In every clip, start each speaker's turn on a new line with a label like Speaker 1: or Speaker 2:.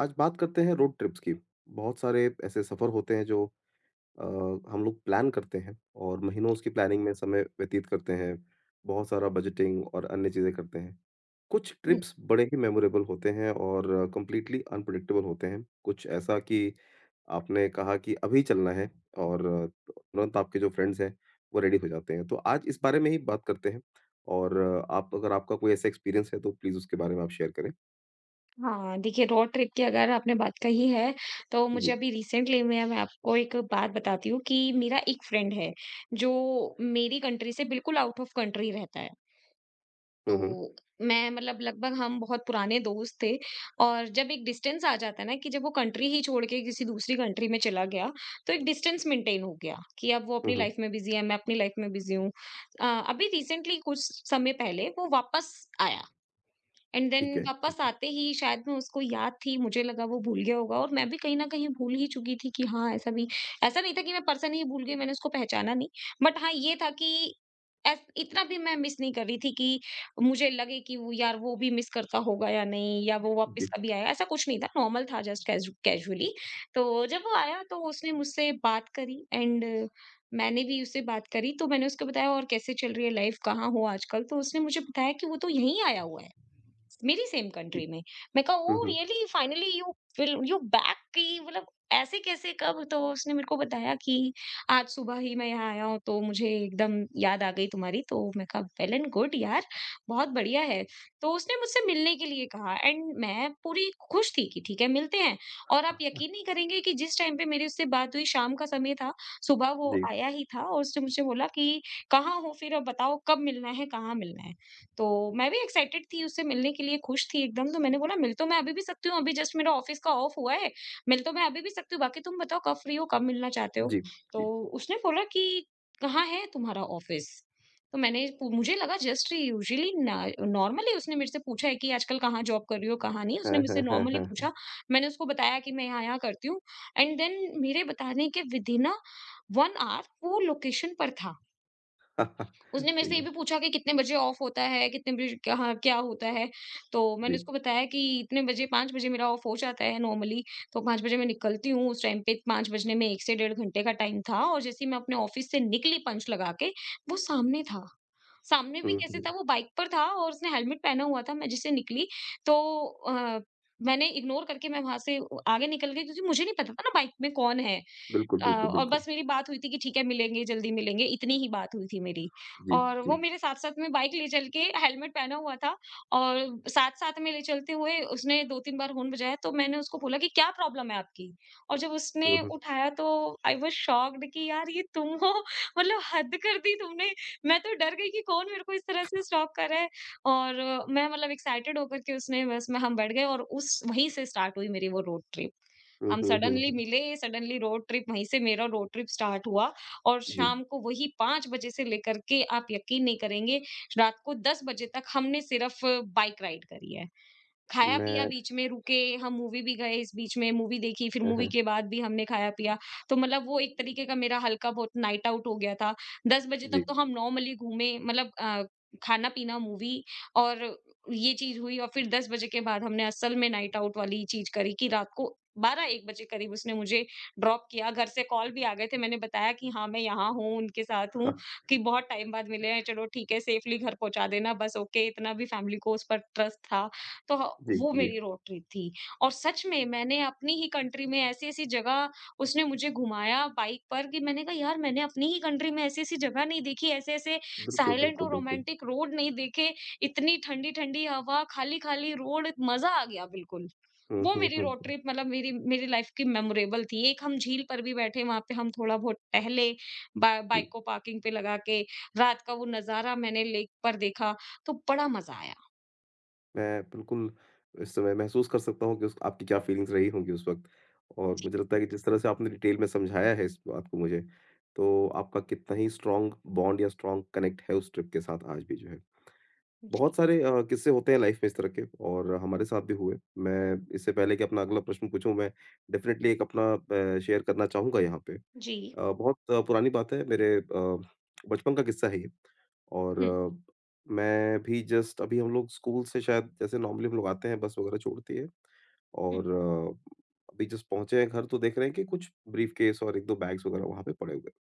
Speaker 1: आज बात करते हैं रोड ट्रिप्स की। बहुत सारे ऐसे सफ़र होते हैं जो अ, हम लोग प्लान करते हैं और महीनों उसकी प्लानिंग में समय व्यतीत करते हैं। बहुत सारा बजटिंग और अन्य चीज़ें करते हैं। कुछ
Speaker 2: हुँ,
Speaker 1: ट्रिप्स बड़े ही मेमोरेबल होते हैं और कंप्लीटली अनप्रेडिक्टेबल होते हैं। कुछ ऐसा कि आपने कहा कि अभी चलना है और तुरंत आपके जो फ्रेंड्स हैं, वो रेडी हो जाते हैं। तो आज इस बारे में ही बात करते हैं और आप अगर आपका कोई ऐसा एक्सपीरियंस है तो प्लीज़ उसके बारे में आप शेयर करें।
Speaker 2: हाँ, देखिए, रोड ट्रिप की अगर आपने बात कही है, तो
Speaker 1: जी।
Speaker 2: मुझे अभी रिसेंटली में मैं आपको एक बात बताती हूँ कि मेरा एक फ्रेंड है, जो मेरी कंट्री से बिल्कुल आउट ऑफ कंट्री रहता है। तो
Speaker 1: हुँ, हुँ।
Speaker 2: मैं मतलब लगभग हम बहुत पुराने दोस्त थे और जब एक डिस्टेंस आ जाता है ना कि जब वो कंट्री ही छोड़ के किसी दूसरी कंट्री में चला गया, तो एक डिस्टेंस मेंटेन हो गया कि अब वो
Speaker 1: हुँ,
Speaker 2: अपनी
Speaker 1: हुँ।
Speaker 2: लाइफ़ में बिज़ी है, मैं अपनी लाइफ़ में बिज़ी हूँ। अभी रिसेंटली कुछ समय पहले वो वापस आया। एंड देन
Speaker 1: ठीक है,
Speaker 2: वापस
Speaker 1: ठीक।
Speaker 2: आते ही शायद मैं उसको याद थी, मुझे लगा वो भूल गया होगा और मैं भी कहीं न कहीं भूल ही चुकी थी कि हाँ, ऐसा भी ऐसा नहीं था कि मैं पर्सन ही भूल गई, मैंने उसको पहचाना नहीं। बट हाँ, ये था कि एस इतना भी मैं मिस नहीं कर रही थी कि मुझे लगे कि वो यार वो भी मिस करता होगा या नहीं या वो वापस
Speaker 1: जी।
Speaker 2: कभी आया, ऐसा कुछ नहीं था, नॉर्मल था जस्ट कैज़ुअली। तो जब वो आया तो उसने मुझसे बात करी एंड मैंने भी उससे बात करी, तो मैंने उसको बताया और कैसे चल रही है लाइफ़, कहाँ हो आजकल? तो उसने मुझे बताया कि वो तो यहीं आया हुआ है। मेरी सेम
Speaker 1: जी,
Speaker 2: कंट्री में। मैं कहा
Speaker 1: हुँ,
Speaker 2: oh
Speaker 1: hmm.
Speaker 2: Really, finally you will you back, कि मतलब ऐसे कैसे कब? तो उसने मेरे को बताया कि आज सुबह ही मैं यहाँ आया हूँ, तो मुझे एकदम याद आ गई तुम्हारी। तो मैं कहा वेल एंड गुड यार, बहुत बढ़िया है। तो उसने मुझसे मिलने के लिए कहा एंड मैं पूरी खुश थी कि ठीक है, मिलते हैं। और आप यकीन नहीं करेंगे कि जिस टाइम पे मेरी उससे बात हुई शाम का समय था, सुबह वो
Speaker 1: जी,
Speaker 2: आया ही था और उसने मुझसे बोला कि कहाँ हो फिर, अब बताओ कब मिलना है, कहाँ मिलना है? तो मैं भी एक्साइटेड थी उससे मिलने के लिए, खुश थी एकदम, तो मैंने बोला मिल तो मैं अभी भी सकती हूँ, अभी जस्ट मेरा ऑफ़िस का ऑफ हुआ है, मिल तो मैं अभी भी सकती हूँ, बाकी तुम बताओ कब फ्री हो, कब मिलना चाहते हो?
Speaker 1: जी,
Speaker 2: तो
Speaker 1: जी।
Speaker 2: उसने बोला कि कहाँ है तुम्हारा ऑफ़िस? तो मैंने पु मुझे लगा जस्ट यूजुअली ना, नॉर्मली उसने मेरे से पूछा है कि आजकल कहाँ जॉब कर रही हो, कहाँ नहीं? उसने
Speaker 1: हाँ, हाँ,
Speaker 2: मुझसे
Speaker 1: हाँ,
Speaker 2: नॉर्मली
Speaker 1: हाँ, हाँ।
Speaker 2: पूछा, मैंने उसको बताया कि मैं यहाँ-यहाँ करती हूँ एंड देन मेरे बताने के विदिन 1 आवर वो लोकेशन पर था।
Speaker 1: हाँ,
Speaker 2: उसने मेरे
Speaker 1: सही
Speaker 2: से ये
Speaker 1: है,
Speaker 2: भी पूछा कि कितने बजे ऑफ होता है, कितने बजे कहाँ क्या होता है? तो मैंने
Speaker 1: जी।
Speaker 2: उसको बताया कि इतने बजे 5 बजे मेरा ऑफ हो जाता है नॉर्मली, तो 5 बजे मैं निकलती हूँ, उस टाइम पे 5 बजने में 1 से डेढ़ घंटे का टाइम था और जैसे ही मैं अपने ऑफिस से निकली पंच लगा के, वो सामने था। सामने भी
Speaker 1: हुँ,
Speaker 2: कैसे
Speaker 1: हुँ।
Speaker 2: था, वो बाइक पर था और उसने हेलमेट पहना हुआ था, मैं जिससे निकली तो अ, मैंने इग्नोर करके मैं वहाँ से आगे निकल गई, क्योंकि मुझे नहीं पता था ना बाइक में कौन है।
Speaker 1: बिल्कुल, बिल्कुल,
Speaker 2: और
Speaker 1: बिल्कुल।
Speaker 2: बस मेरी बात हुई थी कि ठीक है मिलेंगे, जल्दी मिलेंगे, इतनी ही बात हुई थी मेरी।
Speaker 1: जी,
Speaker 2: और
Speaker 1: जी।
Speaker 2: वो मेरे साथ-साथ में बाइक ले चल के हेलमेट पहना हुआ था और साथ-साथ में ले चलते हुए उसने 2-3 बार हॉर्न बजाया, तो मैंने उसको बोला कि क्या प्रॉब्लम है आपकी? और जब उसने
Speaker 1: हुँ, हुँ।
Speaker 2: उठाया तो आई वाज़ शॉक्ड कि यार ये तुम हो? मतलब हद कर दी तुमने। मैं तो डर गई कि कौन मेरे को इस तरह से स्टॉप कर रहा है और मैं मतलब एक्साइटेड होकर के उसने बस में हम बैठ गए और उस वहीं से स्टार्ट हुई मेरी वो रोड ट्रिप।
Speaker 1: हुँ,
Speaker 2: हम
Speaker 1: हुँ, हुँ,
Speaker 2: सडनली
Speaker 1: हुँ।
Speaker 2: मिले, सडनली रोड ट्रिप वहीं से मेरा रोड ट्रिप स्टार्ट हुआ और
Speaker 1: जी,
Speaker 2: शाम को वही 5 बजे से लेकर के, आप यकीन नहीं करेंगे, रात को 10 बजे तक हमने सिर्फ बाइक राइड करी है। खाया पिया
Speaker 1: मैं
Speaker 2: बीच में रुके, हम मूवी भी गए इस बीच में, मूवी देखी, फिर
Speaker 1: हाँ,
Speaker 2: मूवी
Speaker 1: हाँ।
Speaker 2: के बाद भी हमने खाया पिया। तो मतलब वो एक तरीके का मेरा हल्का बहुत नाइट आउट हो गया था। 10 बजे
Speaker 1: जी,
Speaker 2: तक तो हम नॉर्मली घूमे मतलब खाना-पीना, मूवी और ये चीज़ हुई और फिर 10 बजे के बाद हमने असल में नाइट आउट वाली चीज़ करी कि रात को 12-1 बजे करीब उसने मुझे ड्रॉप किया। घर से कॉल भी आ गए थे, मैंने बताया कि हाँ, मैं यहाँ हूँ, उनके साथ हूँ,
Speaker 1: हाँ।
Speaker 2: कि बहुत टाइम बाद मिले हैं, चलो ठीक है सेफली घर पहुँचा देना बस, ओके, इतना भी फैमिली को उस पर ट्रस्ट था। तो
Speaker 1: जी,
Speaker 2: वो
Speaker 1: जी।
Speaker 2: मेरी रोड ट्रिप थी और सच में मैंने अपनी ही कंट्री में ऐसी-ऐसी जगह उसने मुझे घुमाया बाइक पर कि मैंने कहा यार मैंने अपनी ही कंट्री में ऐसी-ऐसी जगह नहीं देखी, ऐसे-ऐसे
Speaker 1: बिल्कुल,
Speaker 2: साइलेंट
Speaker 1: बिल्कुल,
Speaker 2: और
Speaker 1: बिल्कुल।
Speaker 2: रोमांटिक रोड नहीं देखे, इतनी ठंडी-ठंडी हवा, खाली-खाली रोड, मजा आ गया बिल्कुल।
Speaker 1: हुँ,
Speaker 2: वो
Speaker 1: हुँ,
Speaker 2: मेरी
Speaker 1: हुँ,
Speaker 2: रोड
Speaker 1: हुँ।
Speaker 2: ट्रिप मतलब मेरी मेरी लाइफ की मेमोरेबल थी। एक हम झील पर भी बैठे, वहाँ पे हम थोड़ा बहुत टहले, बा
Speaker 1: जी,
Speaker 2: बाइक को पार्किंग पे लगा के, रात का वो नज़ारा मैंने लेक पर देखा, तो बड़ा मजा आया।
Speaker 1: मैं बिल्कुल इस समय महसूस कर सकता हूँ कि उस आपकी क्या फीलिंग्स रही होंगी उस वक़्त और
Speaker 2: जी,
Speaker 1: मुझे लगता है कि जिस तरह से आपने डिटेल में समझाया है इस बात को मुझे, तो आपका कितना ही स्ट्रॉन्ग बॉन्ड या स्ट्रॉन्ग कनेक्ट है उस ट्रिप के साथ आज भी जो है। बहुत
Speaker 2: जी,
Speaker 1: सारे किस्से होते हैं लाइफ में इस तरह के और हमारे साथ भी हुए। मैं इससे पहले कि अपना अगला प्रश्न पूछूँ, मैं डेफ़िनेटली एक अपना शेयर करना चाहूँगा यहाँ पे।
Speaker 2: जी।
Speaker 1: बहुत पुरानी बात है मेरे बचपन का किस्सा है ये और
Speaker 2: हुँ,
Speaker 1: मैं भी जस्ट अभी हम लोग स्कूल से शायद जैसे नॉर्मली हम लोग आते हैं, बस वग़ैरह छोड़ती है
Speaker 2: हुँ।
Speaker 1: और अभी जस्ट पहुँचे हैं घर तो देख रहे हैं कि कुछ ब्रीफ़केस और 1-2 बैग्स वग़ैरह वहाँ पे पड़े हुए हैं।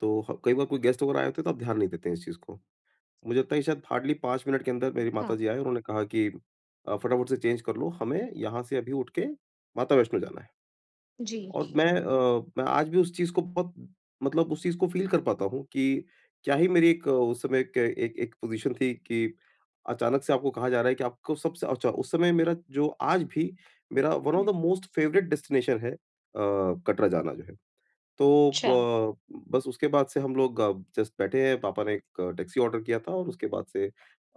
Speaker 1: तो ह कई बार कोई गेस्ट वग़ैरह आए होते हैं तो आप ध्यान नहीं देते हैं इस चीज़ को। मुझे लगता है कि शायद हार्डली 5 मिनट के अंदर मेरी
Speaker 2: हाँ।
Speaker 1: माताजी आए और उन्होंने कहा कि "फटाफट से चेंज कर लो, हमें यहाँ से अभी उठ के माता वैष्णो जाना है।"
Speaker 2: जी।
Speaker 1: और मैं आज भी उस चीज़ को बहुत मतलब उस चीज़ को फ़ील कर पाता हूँ कि क्या ही मेरी एक अ, उस समय एक एक एक पोज़ीशन थी कि अचानक से आपको कहा जा रहा है कि आपको सबसे अच्छा उस समय मेरा जो आज भी मेरा one of
Speaker 2: hmm,
Speaker 1: the most favourite destination है कटरा जाना जो है। तो
Speaker 2: अच्छा,
Speaker 1: ब बस उसके बाद से हम लोग जस्ट बैठे हैं, पापा ने एक टैक्सी ऑर्डर किया था और उसके बाद से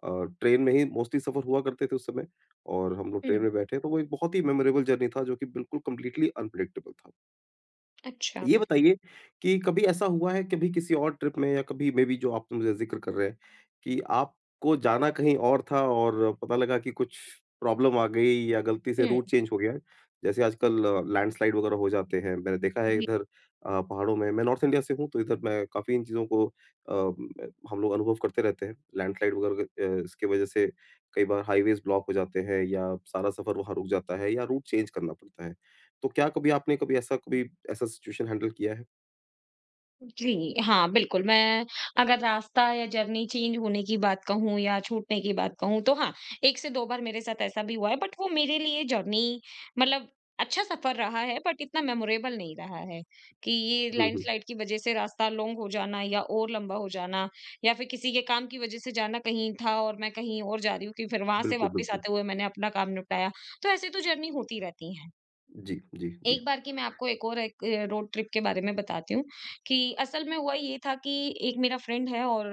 Speaker 1: ट्रेन में ही मोस्टली सफ़र हुआ करते थे उस समय और हम लोग
Speaker 2: हुँ,
Speaker 1: ट्रेन में बैठे, तो वो एक बहुत ही मेमोरेबल जर्नी था, जो कि बिल्कुल कंप्लीटली अनप्रेडिक्टेबल था।
Speaker 2: अच्छा,
Speaker 1: ये बताइए कि कभी ऐसा हुआ है कभी किसी और ट्रिप में या कभी मे बी जो आप मुझे ज़िक्र कर रहे हैं कि आपको जाना कहीं और था और पता लगा कि कुछ प्रॉब्लम आ गई या गलती से
Speaker 2: हुँ,
Speaker 1: रूट चेंज हो गया। जैसे आजकल लैंडस्लाइड वगैरह हो जाते हैं। मैंने देखा है
Speaker 2: जी,
Speaker 1: इधर पहाड़ों में मैं नॉर्थ इंडिया से हूँ तो इधर मैं काफ़ी इन चीज़ों को हम लोग अनुभव करते रहते हैं। लैंडस्लाइड वगैरह इसकी वजह से कई बार हाईवेज़ ब्लॉक हो जाते हैं या सारा सफ़र वहाँ रुक जाता है या रूट चेंज करना पड़ता है। तो क्या कभी आपने कभी ऐसा कभी ऐसा सिचुएशन हैंडल किया है?
Speaker 2: जी, हाँ, बिल्कुल। मैं अगर रास्ता या जर्नी चेंज होने की बात कहूँ या छूटने की बात कहूँ, तो हाँ, 1 से 2 बार मेरे साथ ऐसा भी हुआ है, बट वो मेरे लिए जर्नी मतलब अच्छा सफ़र रहा है, बट इतना मेमोरेबल नहीं रहा है कि ये
Speaker 1: हुँ, हुँ।
Speaker 2: लैंडस्लाइड की वज़ह से रास्ता लॉन्ग हो जाना या और लंबा हो जाना या फिर किसी के काम की वज़ह से जाना कहीं था और मैं कहीं और जा रही हूँ कि फिर वहाँ से
Speaker 1: बिल्कुल,
Speaker 2: वापस
Speaker 1: बिल्कुल।
Speaker 2: आते हुए मैंने अपना काम निपटाया। तो ऐसे तो जर्नी होती रहती हैं।
Speaker 1: जी, जी, जी।
Speaker 2: एक बार की मैं आपको एक और एक रोड ट्रिप के बारे में बताती हूँ कि असल में हुआ ये था कि एक मेरा फ्रेंड है और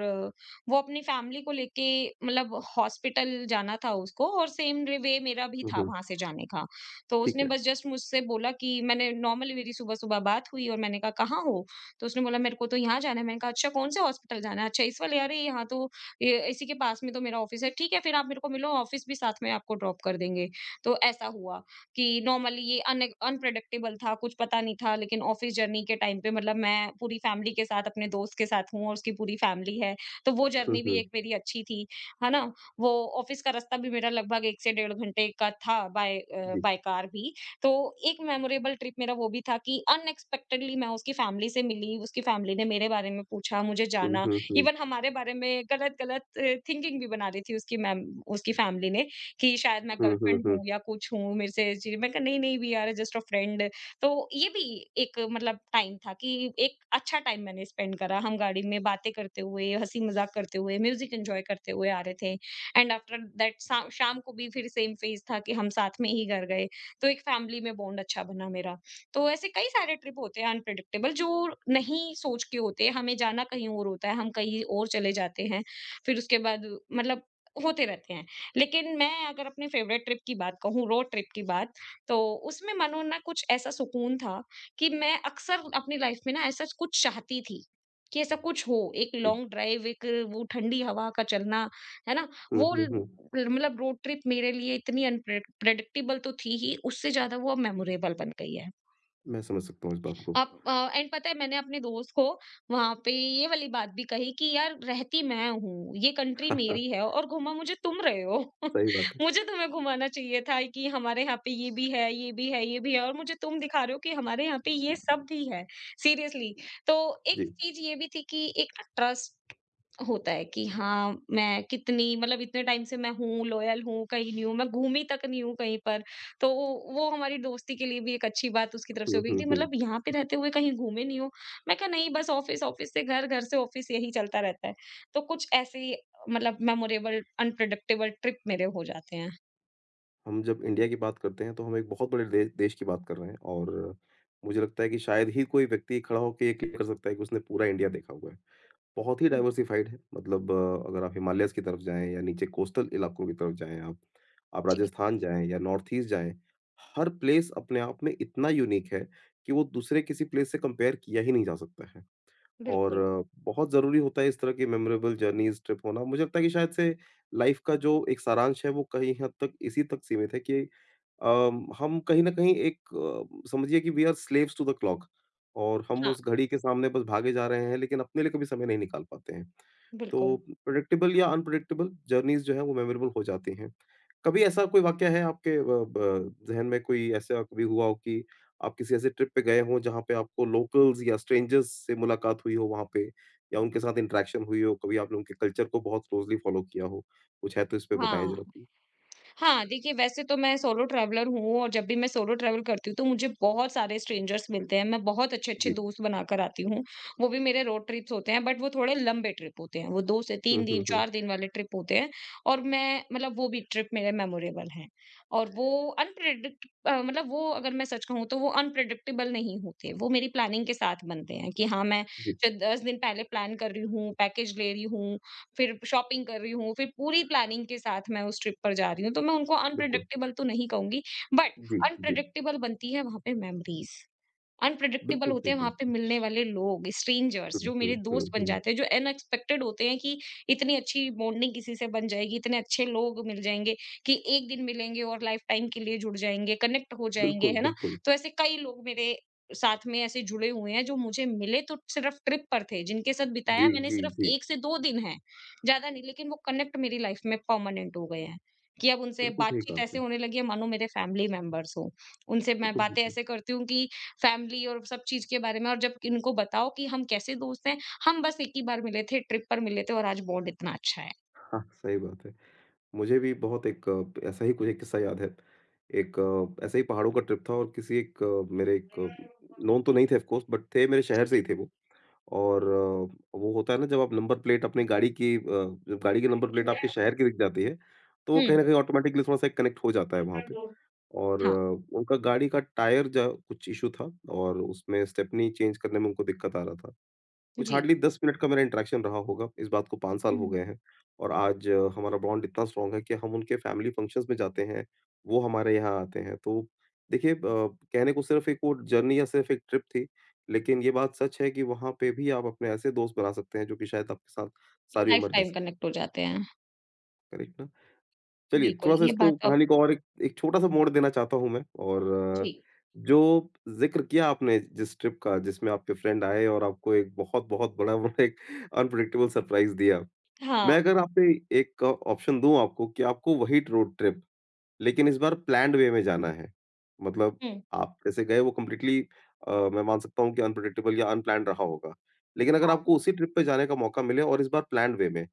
Speaker 2: वो अपनी फैमिली को लेके मतलब हॉस्पिटल जाना था उसको और सेम वे मेरा भी
Speaker 1: हुँ,
Speaker 2: था
Speaker 1: हुँ।
Speaker 2: वहां से जाने का, तो
Speaker 1: ठीक
Speaker 2: उसने
Speaker 1: है।
Speaker 2: बस जस्ट मुझसे बोला कि मैंने नॉर्मली मेरी सुबह सुबह बात हुई और मैंने कहा कहाँ हो। तो उसने बोला मेरे को तो यहाँ जाना है, मैंने कहा अच्छा कौन से हॉस्पिटल जाना है, अच्छा इस वाले, अरे यहाँ तो ये- इसी के पास में तो मेरा ऑफिस है, ठीक है फिर आप मेरे को मिलो ऑफिस, भी साथ में आपको ड्रॉप कर देंगे। तो ऐसा हुआ कि नॉर्मली ये अन अनप्रेडिक्टेबल था, कुछ पता नहीं था, लेकिन ऑफ़िस जर्नी के टाइम पे मतलब मैं पूरी फैमिली के साथ अपने दोस्त के साथ हूँ और उसकी पूरी फैमिली है, तो वो
Speaker 1: हुँ,
Speaker 2: जर्नी भी एक
Speaker 1: हुँ।
Speaker 2: मेरी अच्छी थी, है ना? वो ऑफ़िस का रास्ता भी मेरा लगभग 1 से डेढ़ घंटे का था,
Speaker 1: जी।
Speaker 2: बाय कार भी। तो एक मेमोरेबल ट्रिप मेरा वो भी था कि अनएक्सपेक्टेडली मैं उसकी फैमिली से मिली, उसकी फैमिली ने मेरे बारे में पूछा, मुझे
Speaker 1: हुँ,
Speaker 2: जाना,
Speaker 1: हुँ, हुँ।
Speaker 2: इवन हमारे बारे में गलत-गलत थिंकिंग भी बना दी थी उसकी मैम, उसकी फैमिली ने कि शायद मैं
Speaker 1: हुँ, हुँ,
Speaker 2: गर्लफ्रेंड
Speaker 1: हुँ।
Speaker 2: हूँ या कुछ हूँ मेरे से, ये चीज़ मैं कहा नहीं नहीं, we are just a friend. तो ये भी एक मतलब टाइम था कि एक अच्छा टाइम मैंने स्पेंड करा, हम गाड़ी में बातें करते हुए, हंसी मजाक करते हुए, म्यूजिक एंजॉय करते हुए आ रहे थे एंड आफ्टर दैट शाम को भी फिर सेम फेज था कि हम साथ में ही घर गए। तो एक फैमिली में बॉन्ड अच्छा बना मेरा। तो ऐसे कई सारे ट्रिप होते हैं अनप्रिडिक्टेबल जो नहीं सोच के होते, हमें जाना कहीं और होता है, हम कहीं और चले जाते हैं, फिर उसके बाद मतलब होते रहते हैं। लेकिन मैं अगर अपने फेवरेट ट्रिप की बात कहूँ, रोड ट्रिप की बात, तो उसमें मानो ना कुछ ऐसा सुकून था, कि मैं अक्सर अपनी लाइफ में ना ऐसा कुछ चाहती थी, कि ऐसा कुछ हो, एक
Speaker 1: जी।
Speaker 2: लॉन्ग ड्राइव, एक वो ठंडी हवा का चलना, है ना?
Speaker 1: हुँ,
Speaker 2: वो
Speaker 1: हुँ,
Speaker 2: ल
Speaker 1: हुँ।
Speaker 2: मतलब रोड ट्रिप मेरे लिए इतनी अनप्रे प्रेडिक्टेबल तो थी ही, उससे ज़्यादा वो अब मेमोरेबल बन गई है।
Speaker 1: मैं समझ सकता हूँ इस बात को।
Speaker 2: अब एंड पता है मैंने अपने दोस्त को वहां पे ये वाली बात भी कही कि यार रहती मैं हूँ ये कंट्री मेरी है और घुमा मुझे तुम रहे हो
Speaker 1: सही बात है।
Speaker 2: मुझे तुम्हें घुमाना चाहिए था कि हमारे यहाँ पे ये भी है ये भी है ये भी है और मुझे तुम दिखा रहे हो कि हमारे यहाँ पे ये सब भी है। सीरियसली। तो
Speaker 1: जी।
Speaker 2: एक चीज ये भी थी कि एक ट्रस्ट होता है कि हाँ, मैं कितनी इतने टाइम से मैं हूँ, लॉयल हूँ, कहीं नहीं हूँ, मैं घूमी तक नहीं हूँ कहीं पर। तो वो हमारी दोस्ती के लिए भी एक अच्छी बात उसकी तरफ से
Speaker 1: हुँ,
Speaker 2: हो गई
Speaker 1: हुँ,
Speaker 2: थी,
Speaker 1: हुँ।
Speaker 2: मतलब यहाँ पे रहते हुए कहीं घूमे नहीं हो। मैं कहा नहीं, बस ऑफ़िस, ऑफ़िस से घर, घर से ऑफ़िस यही चलता रहता है। तो कुछ ऐसे ही मतलब मेमोरेबल अनप्रेडिक्टेबल ट्रिप मेरे हो जाते हैं।
Speaker 1: हम जब इंडिया की बात करते हैं तो हम एक बहुत बड़े दे देश की बात कर रहे हैं और मुझे लगता है कि शायद ही कोई व्यक्ति खड़ा होके ये क्लेम कर सकता है कि उसने पूरा इंडिया देखा हुआ है। बहुत ही
Speaker 2: हुँ।
Speaker 1: डाइवर्सिफ़ाइड है, मतलब अगर आप हिमालयाज़ की तरफ जाएँ या नीचे कोस्टल इलाकों की तरफ जाएँ आप
Speaker 2: जी।
Speaker 1: राजस्थान जाएँ या नॉर्थ ईस्ट जाएँ, हर प्लेस अपने आप में इतना यूनिक है कि वो दूसरे किसी प्लेस से कंपेयर किया ही नहीं जा सकता है। और
Speaker 2: बिल्कुल,
Speaker 1: बहुत ज़रूरी होता है इस तरह की मेमोरेबल जर्नीज़, ट्रिप होना। मुझे लगता है कि शायद से लाइफ़ का जो एक सारांश है, वो कहीं हद तक इसी तक सीमित है कि हम कहीं न कहीं एक समझिए कि we are slaves to the clock और हम
Speaker 2: हाँ।
Speaker 1: उस घड़ी के सामने बस भागे जा रहे हैं, लेकिन अपने लिए कभी समय नहीं निकाल पाते हैं। तो
Speaker 2: बिल्कुल।
Speaker 1: प्रेडिक्टेबल या अनप्रेडिक्टेबल जर्नीज़ जो हैं, वो मेमोरेबल हो जाती हैं। कभी ऐसा कोई वाक़या है आपके ब ब ज़हन में कोई ऐसा कभी हुआ हो कि आप किसी ऐसे ट्रिप पे गए हों, जहाँ पे आपको लोकल्स या स्ट्रेंजर्स से मुलाकात हुई हो वहाँ पे या उनके साथ इंटरैक्शन हुई हो, कभी आपने उनके कल्चर को बहुत क्लोज़ली फ़ॉलो किया हो? कुछ है तो इस पे बताएँ
Speaker 2: हाँ।
Speaker 1: ज़रा प्लीज़?
Speaker 2: हाँ, देखिए वैसे तो मैं सोलो ट्रैवलर हूँ और जब भी मैं सोलो ट्रैवल करती हूँ तो मुझे बहुत सारे स्ट्रेंजर्स मिलते हैं। मैं बहुत अच्छे-अच्छे
Speaker 1: जी।
Speaker 2: दोस्त बनाकर आती हूँ। वो भी मेरे रोड ट्रिप्स होते हैं, बट वो थोड़े लंबे ट्रिप होते हैं। वो 2 से
Speaker 1: हुँ,
Speaker 2: 3
Speaker 1: हुँ,
Speaker 2: दिन,
Speaker 1: हुँ।
Speaker 2: 4 दिन वाले ट्रिप होते हैं। और मैं मतलब वो भी ट्रिप मेरे मेमोरेबल हैं। और वो मतलब वो अगर मैं सच कहूँ तो वो अनप्रेडिक्टेबल नहीं होते। वो मेरी प्लानिंग के साथ बनते हैं कि हाँ, मैं
Speaker 1: जी,
Speaker 2: ज 10 दिन पहले प्लान कर रही हूँ, पैकेज ले रही हूँ, फिर शॉपिंग कर रही हूँ, फिर पूरी प्लानिंग के साथ मैं उस ट्रिप पर जा रही हूँ। तो मैं उनको
Speaker 1: बिल्कुल।
Speaker 2: अनप्रेडिक्टेबल तो नहीं कहूँगी, बट
Speaker 1: जी, जी।
Speaker 2: अनप्रेडिक्टेबल बनती है वहाँ पे मेमोरीज़। अनप्रेडिक्टेबल
Speaker 1: बिल्कुल
Speaker 2: होते
Speaker 1: सही
Speaker 2: हैं
Speaker 1: कहा
Speaker 2: वहां पे
Speaker 1: आपने।
Speaker 2: मिलने वाले लोग, स्ट्रेंजर्स,
Speaker 1: हुँ,
Speaker 2: जो
Speaker 1: हुँ,
Speaker 2: मेरे
Speaker 1: हुँ,
Speaker 2: दोस्त बन
Speaker 1: हुँ।
Speaker 2: जाते हैं, जो अनएक्सपेक्टेड होते हैं कि इतनी अच्छी बॉन्डिंग किसी से बन जाएगी, इतने अच्छे लोग मिल जाएंगे कि एक दिन मिलेंगे और लाइफ टाइम के लिए जुड़ जाएंगे, कनेक्ट हो जाएंगे,
Speaker 1: बिल्कुल,
Speaker 2: है ना।
Speaker 1: बिल्कुल।
Speaker 2: तो ऐसे कई लोग मेरे साथ में ऐसे जुड़े हुए हैं जो मुझे मिले तो सिर्फ ट्रिप पर थे, जिनके साथ
Speaker 1: जी,
Speaker 2: बिताया मैंने
Speaker 1: जी,
Speaker 2: सिर्फ
Speaker 1: जी।
Speaker 2: एक से दो दिन है, ज्यादा नहीं, लेकिन वो कनेक्ट मेरी लाइफ में परमानेंट हो गए हैं कि अब उनसे
Speaker 1: बिल्कुल सही कहा
Speaker 2: बातचीत ऐसे
Speaker 1: आपने।
Speaker 2: होने लगी है मानो मेरे फैमिली मेंबर्स हो। उनसे मैं
Speaker 1: बिल्कुल,
Speaker 2: बातें
Speaker 1: बिल्कुल।
Speaker 2: ऐसे करती हूँ कि फैमिली और सब चीज़ के बारे में, और जब इनको बताओ कि हम कैसे दोस्त हैं, हम बस एक ही बार मिले थे, ट्रिप पर मिले थे और आज बॉन्ड इतना अच्छा है।
Speaker 1: हाँ, सही बात है। मुझे भी बहुत एक ऐसा ही कुछ एक किस्सा याद है। एक ऐसे ही पहाड़ों का ट्रिप था और मेरे एक नोन तो नहीं थे ऑफ कोर्स बट थे मेरे शहर से ही थे वो। और वो होता है ना जब आप नंबर प्लेट अपनी गाड़ी की जब गाड़ी की नंबर प्लेट आपके शहर की दिख जाती है, तो वो कहीं
Speaker 2: हुँ।
Speaker 1: न कहीं ऑटोमेटिकली थोड़ा-सा एक कनेक्ट हो जाता है वहाँ पे। और
Speaker 2: हाँ,
Speaker 1: उनका गाड़ी का टायर जो है कुछ इश्यू था और उसमें स्टेपनी चेंज करने में उनको दिक्कत आ रहा था। कुछ
Speaker 2: जी।
Speaker 1: हार्डली 10 मिनट का मेरा इंटरैक्शन रहा होगा, इस बात को 5 साल हो
Speaker 2: हुँ।
Speaker 1: गए हैं और आज हमारा बॉन्ड इतना स्ट्रॉन्ग है कि हम उनके फैमिली फंक्शंस में जाते हैं, वो हमारे यहाँ आते हैं। तो देखिए कहने को सिर्फ़ एक वो जर्नी या सिर्फ़ एक ट्रिप थी, लेकिन ये बात सच है कि वहाँ पे भी आप अपने ऐसे दोस्त बना सकते हैं जो कि शायद आपके साथ सारी
Speaker 2: लाइफ़
Speaker 1: उम्र रह
Speaker 2: टाइम
Speaker 1: सकते हैं।
Speaker 2: कनेक्ट हो जाते हैं।
Speaker 1: करेक्ट ना? चलिए,
Speaker 2: बिल्कुल,
Speaker 1: थोड़ा-सा
Speaker 2: ये बात
Speaker 1: इसको
Speaker 2: तो आप।
Speaker 1: कहानी को और एक एक छोटा-सा मोड़ देना चाहता हूँ मैं और
Speaker 2: जी।
Speaker 1: अ, जो ज़िक्र किया आपने जिस ट्रिप का जिसमें आपके फ्रेंड आए और आपको एक बहुत-बहुत बड़ा वो एक अनप्रेडिक्टेबल सरप्राइज़ दिया।
Speaker 2: हाँ,
Speaker 1: मैं अगर आप पे एक ऑप्शन दूँ आपको कि आपको वही रोड ट्रिप लेकिन इस बार प्लैन्ड वे में जाना है। मतलब
Speaker 2: हुँ,
Speaker 1: आप जैसे गए वो कंप्लीटली मैं मान सकता हूँ कि अनप्रेडिक्टेबल या अनप्लैन्ड रहा होगा। लेकिन अगर
Speaker 2: हाँ,
Speaker 1: आपको उसी ट्रिप पे जाने का मौका मिले और इस बार प्लैन्ड वे में,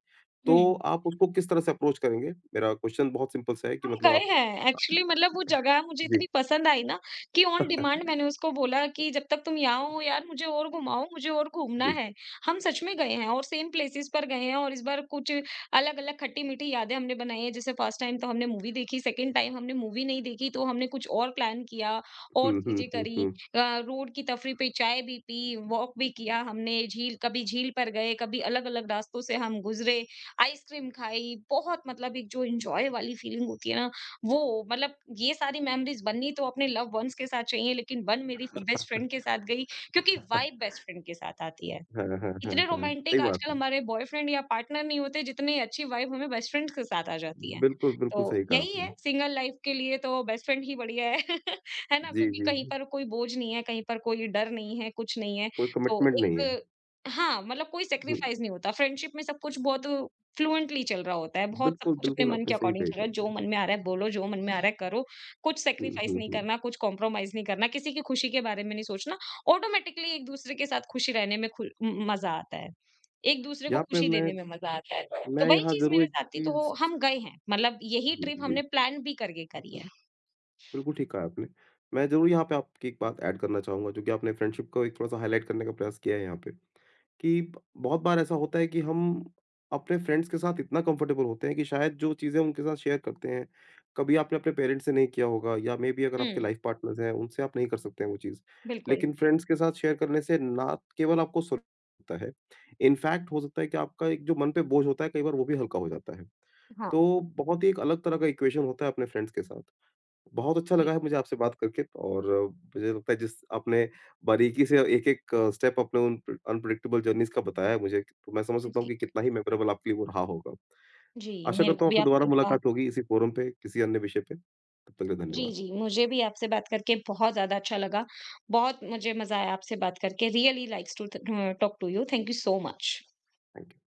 Speaker 1: तो
Speaker 2: हुँ।
Speaker 1: आप उसको किस तरह से अप्रोच करेंगे? मेरा क्वेश्चन बहुत सिंपल सा है कि
Speaker 2: हम
Speaker 1: मतलब
Speaker 2: गए
Speaker 1: आप
Speaker 2: हैं एक्चुअली, मतलब वो जगह मुझे
Speaker 1: जी।
Speaker 2: इतनी पसंद आई ना कि ऑन डिमांड मैंने उसको बोला कि जब तक तुम यहाँ हो यार, मुझे और घुमाओ, मुझे और घूमना
Speaker 1: जी।
Speaker 2: है। हम सच में गए हैं और सेम प्लेसेस पर गए हैं, और इस बार कुछ अलग अलग खट्टी मीठी यादें हमने बनाई है। जैसे फर्स्ट टाइम तो हमने मूवी देखी, सेकंड टाइम हमने मूवी नहीं देखी, तो हमने कुछ और प्लान किया और
Speaker 1: हुँ, हुँ,
Speaker 2: चीजें
Speaker 1: हुँ,
Speaker 2: करी।
Speaker 1: हुँ।
Speaker 2: रोड की तफरी पे चाय भी पी, वॉक भी किया हमने, झील कभी झील पर गए, कभी अलग अलग रास्तों से हम गुजरे, आइसक्रीम खाई। बहुत मतलब एक जो एन्जॉय वाली फीलिंग होती है ना, वो मतलब ये सारी मेमोरीज़ बननी तो अपने लव्ड वन्स के साथ चाहिए, लेकिन बन मेरी बेस्ट फ्रेंड के साथ गई, क्योंकि वाइब बेस्ट फ्रेंड के साथ आती है।
Speaker 1: हाँ, हाँ, हाँ, हाँ।
Speaker 2: इतने
Speaker 1: हाँ, सही
Speaker 2: रोमांटिक
Speaker 1: बात
Speaker 2: आजकल
Speaker 1: है।
Speaker 2: हमारे बॉयफ्रेंड या पार्टनर नहीं होते जितनी अच्छी वाइब हमें बेस्ट फ्रेंड्स के साथ आ जाती है।
Speaker 1: बिल्कुल,
Speaker 2: तो
Speaker 1: बिल्कुल सही कहा
Speaker 2: यही
Speaker 1: आपने।
Speaker 2: है, सिंगल लाइफ के लिए तो बेस्ट फ्रेंड ही बढ़िया है। है ना?
Speaker 1: जी,
Speaker 2: क्योंकि
Speaker 1: जी,
Speaker 2: कहीं
Speaker 1: जी।
Speaker 2: पर कोई बोझ नहीं है, कहीं पर कोई डर नहीं है, कुछ नहीं है।
Speaker 1: कोई
Speaker 2: तो
Speaker 1: कमिटमेंट नहीं है।
Speaker 2: एक हाँ, मतलब कोई
Speaker 1: हुँ,
Speaker 2: सैक्रिफाइस नहीं होता। फ्रेंडशिप में सब कुछ बहुत फ्लुएंटली चल रहा होता है। बहुत सब
Speaker 1: बिल्कुल,
Speaker 2: कुछ अपने
Speaker 1: बिल्कुल
Speaker 2: मन
Speaker 1: आपने
Speaker 2: के
Speaker 1: सही
Speaker 2: अकॉर्डिंग
Speaker 1: कही
Speaker 2: चल रहा है।
Speaker 1: बात
Speaker 2: जो
Speaker 1: है।
Speaker 2: मन में आ रहा है बोलो, जो मन में आ रहा है करो। कुछ
Speaker 1: हुँ,
Speaker 2: सैक्रिफाइस
Speaker 1: हुँ,
Speaker 2: नहीं
Speaker 1: हुँ।
Speaker 2: करना, कुछ कॉम्प्रोमाइज़ नहीं करना, किसी की खुशी के बारे में नहीं सोचना। ऑटोमेटिकली एक-दूसरे के साथ खुश रहने में खुल म मज़ा आता है। एक-दूसरे को
Speaker 1: यहाँ पे
Speaker 2: खुशी
Speaker 1: मैं
Speaker 2: देने में मज़ा आता है।
Speaker 1: मैं
Speaker 2: तो वही
Speaker 1: यहाँ
Speaker 2: चीज़
Speaker 1: ज़रूर
Speaker 2: मेरे
Speaker 1: एक
Speaker 2: साथ थी, तो
Speaker 1: चीज़
Speaker 2: वो- हम गए हैं, मतलब यही
Speaker 1: जी,
Speaker 2: ट्रिप हमने
Speaker 1: जी।
Speaker 2: प्लान भी करके करी है।
Speaker 1: बिल्कुल ठीक कहा आपने। मैं ज़रूर यहाँ पे आपकी एक बात ऐड करना चाहूँगा जो कि आपने फ्रेंडशिप को एक थोड़ा-सा हाइलाइट करने का प्रयास किया है यहाँ पे, कि ब बहुत बार ऐसा होता है कि हम अपने फ्रेंड्स के साथ इतना कंफर्टेबल होते हैं कि शायद जो चीज़ें उनके साथ शेयर करते हैं, कभी आपने अपने पेरेंट्स से नहीं किया होगा या मे बी अगर आपके
Speaker 2: हुँ,
Speaker 1: लाइफ पार्टनर्स हैं, उनसे आप नहीं कर सकते हैं वो चीज़।
Speaker 2: बिल्कुल।
Speaker 1: लेकिन फ्रेंड्स के साथ शेयर करने से ना केवल आपको सुल होता है, इनफैक्ट हो सकता है कि आपका एक जो मन पे बोझ होता है, कई बार वो भी हल्का हो जाता है।
Speaker 2: हाँ,
Speaker 1: तो बहुत ही एक अलग तरह का इक्वेशन होता है अपने फ्रेंड्स के साथ। बहुत अच्छा लगा है
Speaker 2: बिल्कुल।
Speaker 1: मुझे आपसे बात करके और मुझे लगता है जिस आपने बारीकी से एक-एक स्टेप अपने उन अनप्रेडिक्टेबल जर्नीज़ का बताया है मुझे, तो मैं समझ सकता हूँ
Speaker 2: जी,
Speaker 1: कि कितना ही मेमोरेबल आपके लिए वो रहा होगा।
Speaker 2: जी,
Speaker 1: आशा
Speaker 2: मेरे
Speaker 1: करता
Speaker 2: को
Speaker 1: हूँ
Speaker 2: भी
Speaker 1: आपसे दोबारा
Speaker 2: आपसे बात।
Speaker 1: मुलाकात होगी इसी फोरम पे, किसी अन्य विषय पे। तब तक के लिए
Speaker 2: जी,
Speaker 1: धन्यवाद।
Speaker 2: जी, मुझे भी आपसे बात करके बहुत ज़्यादा अच्छा लगा। बहुत मुझे मज़ा आया आपसे बात करके। Really likes to the uh, talk to you. Thank you so much.
Speaker 1: Thank you.